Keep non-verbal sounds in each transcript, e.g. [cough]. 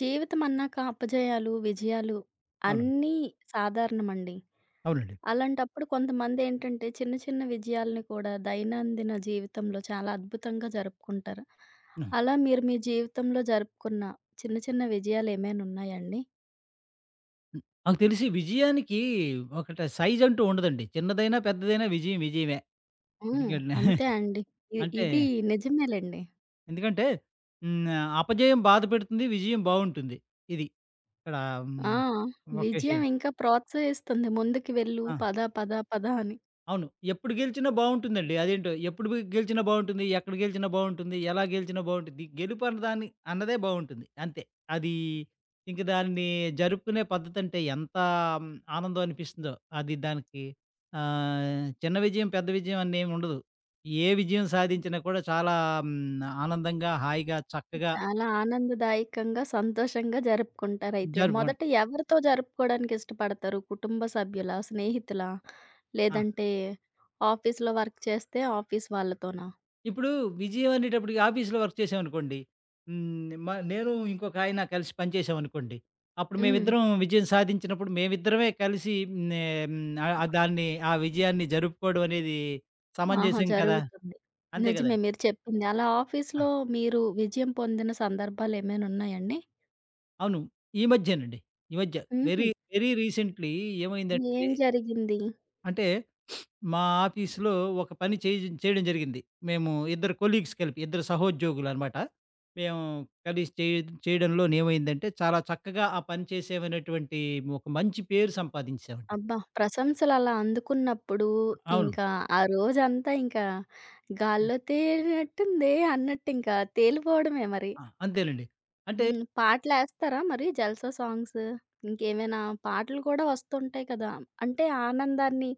జీవితం అన్నాక అపజయాలు, విజయాలు అవునండి. అన్నీ సాధారణమండి. అవునండి. అలాంటప్పుడు కొంతమంది ఏంటంటే చిన్న చిన్న విజయాల్ని కూడా దైనందిన జీవితంలో చాలా అద్భుతంగా జరుపుకుంటారు. హ్మ్. అలా మీరు మీ జీవితంలో జరుపుకున్న చిన్న చిన్న విజయాలు ఏమైనా ఉన్నాయా అండి? హ్మ్. నాకు తెలిసి విజయానికి ఒకట సైజ్ అంటూ ఉండదండి. చిన్నదైనా, పెద్దదైనా విజయం విజయమే. హ్మ్. ఎందుకంటే అంతే అండి. [laughs] ఇ అంటే ఇది నిజమేలెండి. ఎందుకంటే హ్మ్. అపజయం బాధ పెడుతుంది. విజయం బావుంటుంది. ఇది ఇక్కడ ఆ! హ్మ్. ఒక విజయం విషయం. ఇంకా ప్రోత్సహిస్తుంది ముందుకు వెళ్ళు ఆ! పద, పద, పద అని. అవును. ఎప్పుడు గెలిచినా బావుంటుందండి. అదేంటో ఎప్పుడు గెలిచినా బావుంటుంది. ఎక్కడ గెలిచినా బావుంటుంది. ఎలా గెలిచినా బావుంటుంది. గెలుపు అన్నదే బావుంటుంది. అంతే. అది ఇంక దాన్ని జరుపుకునే పద్ధతంటే ఎంత మ్, ఆనందం అనిపిస్తుందో. అది దానికి చిన్న విజయం, పెద్ద విజయం అని ఏమి ఉండదు. ఏ విజయం సాధించినా కూడా చాలా ఆనందంగా, హాయిగా, చక్కగా చాలా ఆనందదాయకంగా, సంతోషంగా జరుపుకుంటారయితే. జరుపుకుం మొదట ఎవరితో జరుపుకోవడానికి ఇష్టపడతారు? కుటుంబ సభ్యులా? స్నేహితులా? ఆ! లేదంటే ఆఫీస్‌లో వర్క్ చేస్తే ఆఫీస్ వాళ్ళతోనా? ఇప్పుడు విజయం అనేటప్పటికి ఆఫీస్‌లో వర్క్ చేశామనుకోండి. హ్మ్. నేను ఇంకొక ఆయన కలిసి పనిచేశామనుకోండి. అప్పుడు హ్మ్. మేమిద్దరం విజయం సాధించినప్పుడు మేమిద్దరమే కలిసి హ్మ్. ఆహ్, హ్మ్. దాన్ని ఆ విజయాన్ని జరుపుకోవడం అనేది ఆహా! సమంజసం కదా! జరుగుతుంది. అంతే నిజమే కదండీ! మీరు చెప్పింది. అలా ఆ! ఆఫీస్‌లో మీరు విజయం పొందిన సందర్భాలేమైనా ఉన్నాయండి? అవును. ఈ మధ్యేనండి. ఈ మధ్య హుహు. వెరీ, వెరీ రీసెంట్‌లీ ఏమైందంటే ఏం జరిగింది? అంటే మా ఆఫీస్‌లో ఒక పని చేయడం జరిగింది. మేము ఇద్దరు కొలీగ్స్ కలిపి, ఇద్దరు సహోద్యోగులనమాట. మేము కలిసి చేయడంలోను ఏమైందంటే, చాలా చక్కగా ఆ పని చేసామనేటువంటి ఒక మంచి పేరు సంపాదించామండి. అబ్బా! ప్రశంసలలా అందుకున్నప్పుడు అవును. ఇంకా ఆ రోజంతా ఇంకా గాల్లో తేలినట్టుందే అన్నట్టు ఇంకా తేలిపోవడమే మరి. ఆ! అంతేనండి. అంటే హ్మ్. పాటలేస్తారా మరి జల్సా సాంగ్స్? ఇంకేమైనా పాటలు కూడా వస్తుంటాయి కదా! అంటే ఆనందాన్ని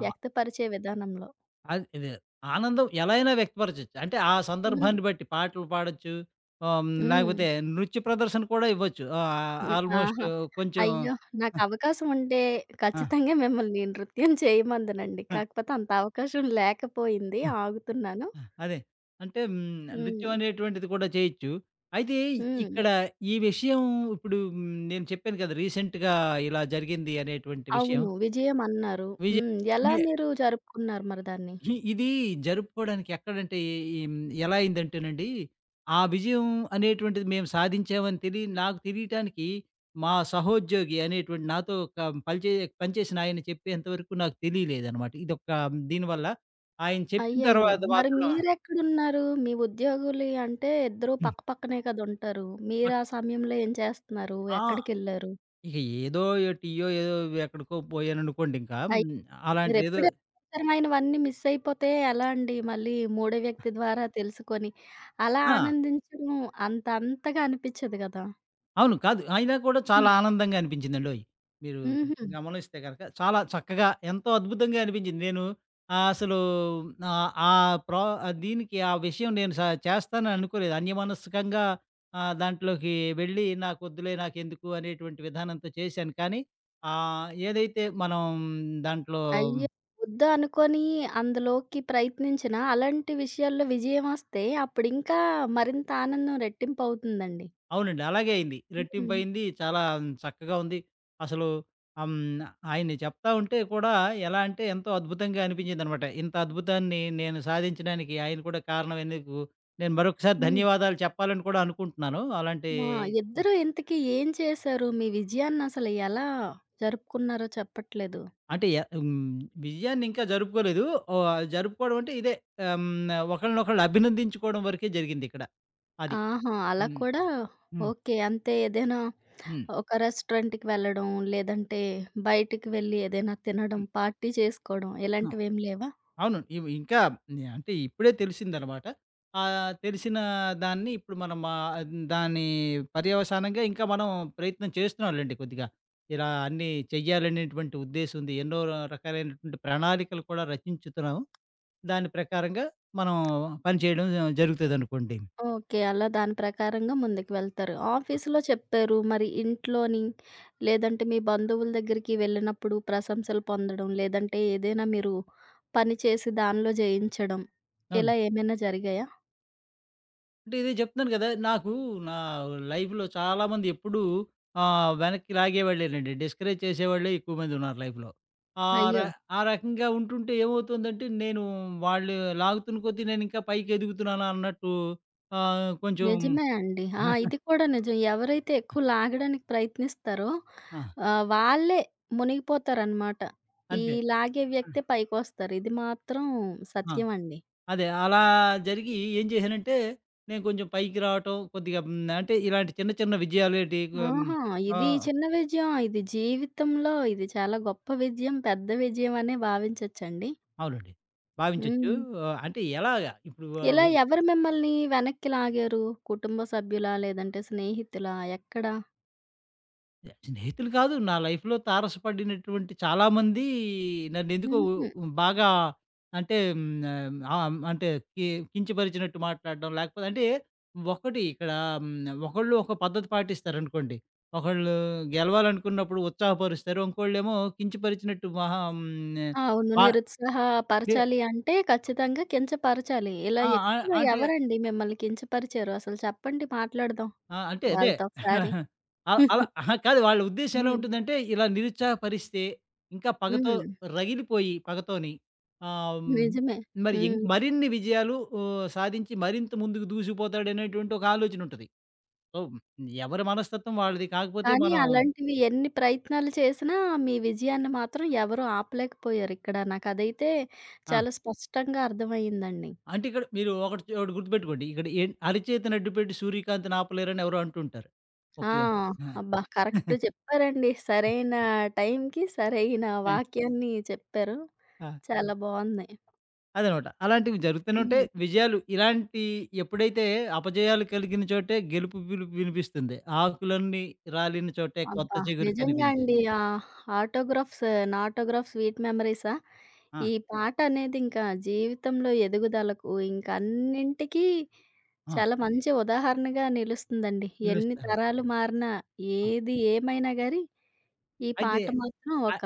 ఆహ్, వ్యక్తపరిచే విధానంలో. అది ఇది ఆనందం ఎలా అయినా వ్యక్తపరచొచ్చు. అంటే ఆ హ్మ్. సందర్భాన్ని బట్టి పాటలు పాడొచ్చు. ఆహ్, హ్మ్, హ్మ్. లేకపోతే నృత్య ప్రదర్శన కూడా ఇవ్వచ్చు. ఆహ్, హ్మ్. ఆల్మోస్ట్ ఆహా! కొంచెం అయ్యో! నాకు అవకాశం ఉంటే ఆ! ఆ! ఖచ్చితంగా మిమ్మల్ని నృత్యం చేయమందునండి. ఆ! కాకపోతే అంత అవకాశం లేకపోయింది. ఆగుతున్నాను. ఆ! అదే. అంటే హ్మ్. నృత్యం హ్మ్. అనేటువంటిది కూడా చేయొచ్చు. అయితే హ్మ్. ఇక్కడ ఈ విషయం ఇప్పుడు హ్మ్. నేను చెప్పాను కదా! రీసెంట్‌గా ఇలా జరిగింది అనేటువంటి విషయం. అవును. విజయం అన్నారు. విజయ్ హ్మ్. ఎలా మే మీరు జరుపుకున్నారు మరి దాన్ని? ఇది జరుపుకోవడానికి ఎక్కడంటే ఈ హ్మ్. ఎలా అయిందంటేనండి, ఆ విజయం అనేటువంటిది మేము సాధించామని తెలి నాకు తెలియటానికి మా సహోద్యోగి అనేటువంటి నాతో ఒక పనిచే పనిచేసిన ఆయన చెప్పేంత వరకు నాకు తెలియలేదనమాట. ఇదొక దీనివల్ల ఆయన చెప్పిన అయ్యయ్యో! తర్వాత మరి మాత్రం మీరెక్కడున్నారు? మీ ఉద్యోగులు అంటే ఇద్దరు హ్మ్. పక్కపక్కనే కదా ఉంటారు. మీరు పట్ ఆ సమయంలో ఏం చేస్తున్నారు? ఆ! ఎక్కడికెళ్లారు? ఇక ఏదో ఏ టీయో ఏదో ఎక్కడికో పోయాననుకోండింకా. హ్మ్. అయి అలాంటిదేదో మీరెప్పుడు అవసరమైనవన్నీ మిస్ అయిపోతే ఎలా అండి? మళ్ళీ మూడో వ్యక్తి ద్వారా తెలుసుకొని అలా ఆ! ఆనందించడం అంత అంతగా అనిపిచ్చదు గదా! అవును. కాదు. అయినా కూడా చాలా హ్మ్. ఆనందంగా అనిపించిందండోయ్! మీరు హుహు. గమనిస్తే గనక చాలా చక్కగా ఎంతో అద్భుతంగా అనిపించింది. నేను అసలు ఆహ్, ఆ ప్రా ఆ దీనికి ఆ విషయం నేను స చేస్తానని అనుకోలేదు. అన్యమనస్కంగా దాంట్లోకి వెళ్ళి నాకొద్దులే నాకెందుకు అనేటువంటి విధానంతో చేశాను. కానీ ఏదైతే మనం దాంట్లో అయ్యో! వద్దు అనుకోని అందులోకి ప్రయత్నించినా, అలాంటి విషయాల్లో విజయమొస్తే అప్పుడింకా మరింత ఆనందం రెట్టింపవుతుందండి. అవునండి. అలాగే అయింది. హ్మ్. రెట్టింపయింది. చాలా చక్కగా ఉంది. అసలు ఆహ్, హ్మ్. ఆయన్ని చెప్తా ఉంటే కూడా ఎలా అంటే ఎంతో అద్భుతంగా అనిపించిందనమాట. ఇంత అద్భుతాన్ని నేను సాధించడానికి ఆయన కూడా కారణం ఎందుకు నేను మరొకసారి హ్మ్. ధన్యవాదాలు చెప్పాలని కూడా అనుకుంటున్నాను. అలాంటి ఆ! ఇద్దరూ ఇంతకీ ఏం చేశారు? మీ విజయాన్నసలు ఎలా జరుపుకున్నారో చెప్పట్లేదు. అంటే య హ్మ్. విజయాన్ని ఇంకా జరుపుకోలేదు. ఓహ్! జరుపుకోవడం అంటే ఇదే ఆహ్, హ్మ్. ఒకళ్ళనొకళ్ళు అభినందించుకోవడం వరకే జరిగిందిక్కడ. అది. ఆహా! అలా హ్మ్. కూడా హ్మ్. ఓకే. అంతే ఏదైనా హ్మ్. ఒక రెస్టారెంట్‌కి వెళ్ళడం, లేదంటే బయటికి వెళ్లి ఏదైనా తినడం, పార్టీ చేసుకోవడం హ్మ్. ఇలాంటివేం లేవా? అవును. ఇవి ఇంకా నే- అంటే ఇప్పుడే తెలిసిందనమాట. ఆహ్, తెలిసిన దాన్ని ఇప్పుడు మనం ఆహ్, దాని పర్యవసానంగా ఇంకా మనం ప్రయత్నం చేస్తున్నాంలెండి కొద్దిగా. ఇలా అన్నీ చెయ్యాలనేటువంటి ఉద్దేశం ఉంది. ఎన్నో రకాలైనటువంటి ప్రణాళికలు కూడా రచించుతున్నాం. దాని ప్రకారంగా మనం పని చేయడం జరుగుతదనుకోండి. ఓకే. అలా దాని ప్రకారంగా ముందుకు వెళ్తారు. ఆఫీస్‌లో చెప్పారు. మరి ఇంట్లోని లేదంటే మీ బంధువుల దగ్గరికి వెళ్ళినప్పుడు ప్రశంసలు పొందడం, లేదంటే ఏదైనా మీరు పని చేసి దానిలో జయించడం అవును. ఇలా ఏమైనా జరిగాయా? అంటే ఇదే చెప్తున్నాను కదా! నాకు నా లైఫ్‌లో చాలామంది ఎప్పుడూ వెనక్కి లాగేవాళ్ళేనండి. డిస్కరేజ్ చేసేవాళ్ళే ఎక్కువ మందున్నారు లైఫ్‌లో. ఆ ర అయ్యో! ఆ రకంగా ఉంటుంటే ఏమవుతుందంటే, నేను వాళ్ళు లాగుతున్న కొద్దీ నేనింకా పైకెదుగుతున్నానా అన్నట్టు ఆహ్, కొంచెం నిజమే అండి. ఆ! ఇది కూడా నిజం. ఎవరైతే ఎక్కువ లాగడానికి ప్రయత్నిస్తారో ఆ! ఆహ్, వాళ్ళే మునిగిపోతారనమాట. ఈ అంతే. లాగే ఆ! వ్యక్తే పైకొస్తారు. ఇది మాత్రం ఆ! సత్యం అండి. అదే. అలా జరిగి ఏం చేశానంటే, నేను కొంచెం పైకి రావటం కొద్దిగా హ్మ్, అంటే ఇలాంటి చిన్న చిన్న విజయాలేటి ఆహ్, హ్మ్, ఆహా! ఆ! ఇది చిన్న విజయం. ఇది జీవితంలో ఇది చాలా గొప్ప విజయం. పెద్ద విజయం అనే భావించొచ్చండి. అవునండి. భావించొచ్చు. హ్మ్. ఆహ్, అంటే ఎలాగా ఇప్పుడు ఇలా ఎవరు మిమ్మల్ని వెనక్కి లాగారు? కుటుంబ సభ్యులా? లేదంటే స్నేహితులా? ఎక్కడ? స్నేహితులు కాదు. నా లైఫ్‌లో తారసపడినటువంటి చాలామంది నన్నెందుకో హుహు. బాగా అంటే హ్మ్. ఆహ్, అంటే కి కించపరిచినట్టు మాట్లాడడం లేకపోతే అంటే ఒకటి ఇక్కడ హ్మ్. ఒకళ్ళు ఒక పద్ధతి పాటిస్తారనుకోండి. ఒకళ్ళు గెలవాలనుకున్నప్పుడు ఉత్సాహపరుస్తారు. ఇంకోళ్ళేమో కించపరిచినట్టు మహా హ్మ్. అవును. ఆహ్, నే నిరుత్సాహపరచాలి అంటే ఖచ్చితంగా కించపరచాలి. ఇలా ఆ! ఆ! ఎక్కువ అంటే ఎవరండి మిమ్మల్ని కించపరిచారు? అసలు చెప్పండి మాట్లాడదాం ఆ! అంటే అదే. వాళ్ళతో ఒకసారి. [laughs] అలా అలా [laughs] అహా! కాదు వాళ్ళ ఉద్దేశ్యం ఎలా హ్మ్. ఉంటుందంటే, ఇలా నిరుత్సాహపరిస్తే, ఇంకా పగతో హ్మ్. రగిలిపోయి పగతోని ఆహ్, హ్మ్, నిజమే. మరి ఇం హ్మ్. మరిన్ని విజయాలు ఓహ్, సాధించి మరింత ముందుకు దూసుకుపోతాడనేటువంటి ఒక ఆలోచన ఉంటది. సో, ఎవరి మనస్తత్వం వాళ్ళది. కాకపోతే కానీ మనం అలాంటివి ఎన్ని ప్రయత్నాలు చేసినా మీ విజయాన్ని మాత్రం ఎవరు ఆపలేకపోయారిక్కడ. నాకదైతే ఆ! చాలా స్పష్టంగా అర్థమయ్యిందండి. అంటే ఇక్కడ మీరు ఒకటి గుర్తుపెట్టుకోండి. ఇక్కడ ఏ అరచేతినడ్డుపెట్టి సూర్యకాంతిని ఆపలేరని ఎవరో అంటుంటారు. ఆ! ఒకదే ఆ! అబ్బా! కరెక్ట్ [laughs] చెప్పారండి. సరైన టైంకి సరైన వాక్యాన్ని చెప్పారు. ఆ! చాలా బావుంది. అదనమాట. అలాంటివి జరుగుతూనే ఉంటాయి. హ్మ్. విజయాలు ఇలాంటి ఎప్పుడైతే అపజయాలు కలిగిన చోటే గెలుపు పిలుపు వినిపిస్తుంది. ఆకులన్నీ రాలిన చోటే కొత్త అబ్బా! చిగురు నిజంగా కనిపించి అండి. ఆ ఆటోగ్రాఫ్స్, నా ఆటోగ్రాఫ్ స్వీట్ మెమరీసా? ఆ! ఈ పాటనేది ఇంకా జీవితంలో ఎదుగుదలకు, ఇంక అన్నింటికి ఆ! చాలా మంచి ఉదాహరణగా నిలుస్తుందండి. ఎన్ని నిలుస్తాను. తరాలు మారినా, ఆ! ఏది ఏమైనా గాని ఈ అయితే పాట మాత్రం అ ఒక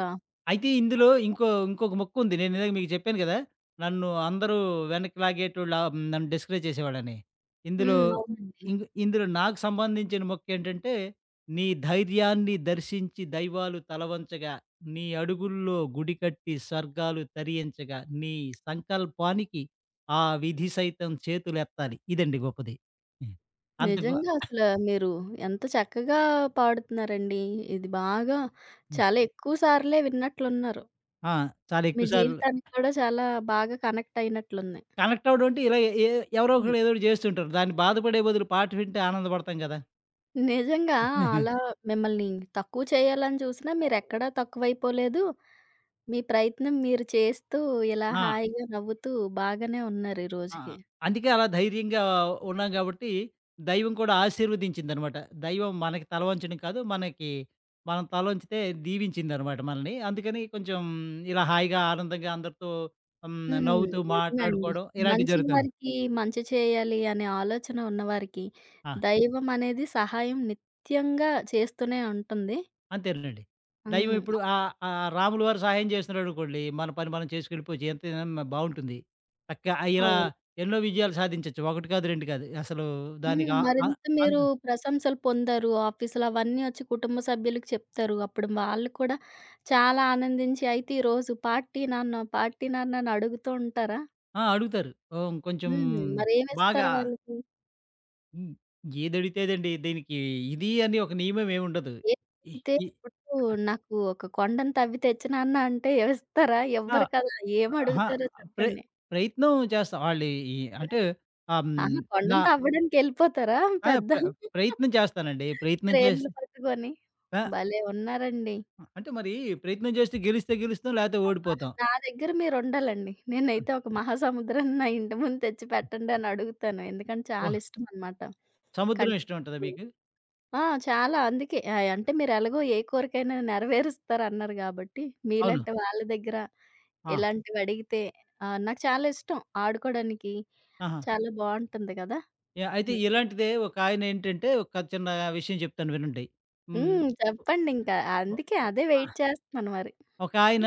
అయితే ఇందులో ఇంకొక ముక్కుంది. నేను ఇందాక మీకు చెప్పాను గదా! నన్ను అందరూ వెనక్కి లాగేటోళ్ళు ఆహ్, నన్ను డిస్కరేజ్ చేసేవాళ్ళని. ఇందులో హ్మ్. అవునండి. ఇందులో నాకు సంబంధించిన మొక్కేంటంటే, నీ ధైర్యాన్ని దర్శించి దైవాలు తలవంచగా, నీ అడుగుల్లో గుడి కట్టి స్వర్గాలు తరియించగా, నీ సంకల్పానికి ఆ విధి సైతం చేతులెత్తాలి. ఇదండి గొప్పది. హ్మ్. అంత గొ నిజంగా మీరు ఎంత చక్కగా పాడుతున్నారండి. ఇది బాగా హ్మ్. చాలా ఎక్కువ సార్లే విన్నట్లున్నారు. ఆ! చాలా మీ ఎక్కువ సార్లు జీవితానికి కూడా చాలా బాగా కనెక్ట్ అయినట్లుంది. కనెక్ట్ అవ్వడం అంటే ఇలా ఏ ఏ- ఎవరో హ్మ్. ఒకడు ఏదో ఒకటి చేస్తుంటారు. దాన్ని బాధపడే బదులు పాట వింటే ఆనందపడతాం గదా! నిజంగా [laughs] అలా మిమ్మల్ని తక్కువ చేయాలని చూసినా మీరెక్కడా తక్కువైపోలేదు. మీ ప్రయత్నం మీరు చేస్తూ ఇలా ఆ! హాయిగా నవ్వుతూ బాగానే ఉన్నారు ఈ ఆ! రోజుకి. అందుకే అలా ధైర్యంగా ఉన్నాం గాబట్టి, దైవం కూడా ఆశీర్వదించిందనమాట. దైవం మనకి తల వంచడం కాదు, మనకి మనం తలొంచితే దీవించిందనమాట మనల్ని. అందుకని కొంచెం ఇలా హాయిగా, ఆనందంగా అందరితో హ్మ్. హ్మ్. నవ్వుతూ నిజమే అండి. మాట్లాడుకోవడం ఇలాంటివి మంచి జరుగుతా ఉంది. వారికి మంచి చేయాలి అనే ఆలోచన ఉన్నవారికి ఆ! దైవం అనేది సహాయం నిత్యంగా చేస్తూనే ఉంటుంది. అంతేనండి. దైవం ఇప్పుడు హ్మ్. ఆహ్, ఆహ్, రాములు వారు సహాయం జేస్తున్నాడనుకోండి, మన పని మనం చేసుకెళ్ళిపోవచ్చు. ఎంతైనా మ బావుంటుంది. చక్కగా ఇలా అవును. ఎన్నో విజయాలు సాధించొచ్చు. 1 కాదు, 2 కాదు. అసలు దానికి హ్మ్. ఆహ్, ఆహ్, మరింత మీరు అంద్ ప్రశంసలు పొందారు. ఆఫీస్‌లో అవన్నీ వచ్చి కుటుంబ సభ్యులకి చెప్తారు. అప్పుడు వాళ్ళు కూడా చాలా ఆనందించి, అయితే ఈరోజు పార్టీ నాన్న, పార్టీ నాన్న అని అడుగుతూ ఉంటారా? ఆ! అడుగుతారు. ఓహ్! కొంచెం హ్మ్. మరేమిస్తారు బాగా వాళ్ళకి? హ్మ్. ఏదడిగితే అదండి. దీనికి ఇది అని ఒక నియమం ఏముండదు. ఇ ఏదడిగితే ఇ ఇప్పుడు నాకు ఒక కొండను తవ్వి తెచ్చు నాన్న అంటే ఇస్తారా? ఆ! ఇవ్వరు కదా! అహా! ఏమడుగుతారో ప్ర చెప్పండి? ప్రయత్నం చేస్తా. వాళ్ళు ఈ అంటే ఆహ్, హ్మ్. ఆహా! నా కొండను తవ్వడానికెళ్ళిపోతారా ఆ! పెద్ద ప్ర ప్రయత్నం చేస్తానండి. ప్రయత్నం క్రేన్‌లు చేసి పట్టుకొని? ఆ! భలే ఉన్నారండి. ఆ! అంటే మరి ప్రయత్నం చేస్తే గెలిస్తే గెలుస్తాం, లేతే అబ్బా! ఓడిపోతాం. నా దగ్గర మీరుండాలండి. నేనైతే ఒక మహాసముద్రాన్ని నా ఇంటి ముందు తెచ్చి [laughs] పెట్టండి అని అడుగుతాను. ఎందుకంటే చాలా ఓహ్! ఇష్టమనమాట. సముద్రం ఇష్టం ఉంటదా కందిపప్పు మీకు? ఆ! చాలా అందుకే. ఆహ్, అంటే మీరెలాగో ఏ కోరికైనా నెరవేరుస్తారన్నారు గాబట్టి, అవును. మీలాంటి వాళ్ళ దగ్గర ఆ! ఇలాంటివి అడిగితే ఆహ్, నాకు చాలా ఇష్టం ఆడుకోవడానికి. ఆహా! చాలా బావుంటుంది గదా! యాహ్! అయితే హ్మ్. ఇలాంటిదే ఒకాయన ఏంటంటే, ఒక చిన్న విషయం చెప్తాను వినండి. హ్మ్. హ్మ్. చెప్పండింకా. ఒ అందుకే అదే ఆ! వెయిట్ చేస్తున్నాను మరి. ఒకాయన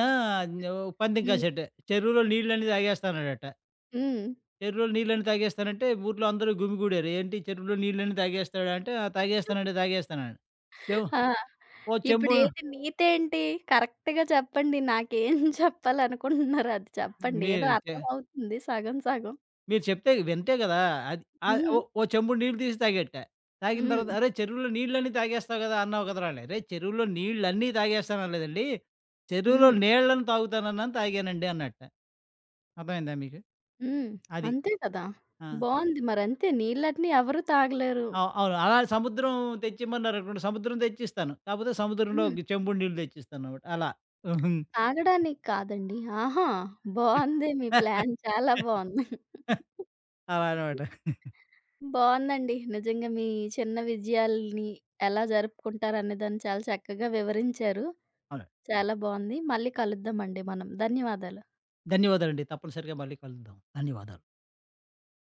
న్యో పందెం హ్మ్. కాసాట. చెరువులో నీళ్ళన్నీ తాగేస్తాన్నాడట. హ్మ్. చెరువులో నీళ్ళన్నీ తాగేస్తానంటే, ఊర్లో అందరూ గుమిగూడారు. ఏంటి చెరువులో నీళ్ళన్నీ తాగేస్తాడంటే, "ఆ! తాగేస్తానండి, తాగేస్తానండి." ఏమో ఆ! ఓ చెంబు ఇప్పుడేంటి నీతేంటి? కరెక్ట్‌గా చెప్పండి. నాకేం [laughs] చెప్పాలనుకుంటున్నారో అది చెప్పండి. ఏదో మీరు చే అర్థమవుతుంది సగం సగం. మీరు చెప్తే వింతే గదా! అది ఆహ్, హ్మ్. ఓ ఓ చెంబుడు నీళ్ళు తీసి తాగేట్టా. తాగిన హ్మ్. తర్వాత "అరేయ్! చెరువులో నీళ్ళన్నీ తాగేస్తావు గదా!" అన్నావు కదరా! అని. "అరేయ్! చెరువులో నీళ్ళన్నీ తాగేస్తాను అనలేదండి. చెరువులో హ్మ్. నీళ్ళని తాగుతానన్నాను తాగానండి" అన్నట్ట. అర్థమైందా మీకు? హ్మ్. అది. అంతే కదా! ఆ! బావుంది. మరంతే నీళ్ళని ఎవరు తాగలేరు. అవును. అలా సముద్రం తెచ్చిమన్నారనుకోండి సముద్రం తెచ్చిస్తాను. కాపోతే సముద్రంలో హ్మ్. ఒక చెంబుడు నీళ్ళు తెచ్చిస్తానన్నమాట. అలా. తాగడానికి కాదండి. ఆహా! బావుంది మీ ప్లాన్ [laughs] చాలా బావుంది. హుహు. అలా అన్నమాట. బావుందండి. నిజంగా మీ చిన్న విజయాల్ని ఎలా జరుపుకుంటారనే దాన్ని చాలా చక్కగా వివరించారు. అవును. చాలా బావుంది. మళ్ళీ కలుద్దామండి మనం. ధన్యవాదాలు. ధన్యవాదాలండి. తప్పనిసరిగా మళ్ళీ కలుద్దాం. ధన్యవాదాలు.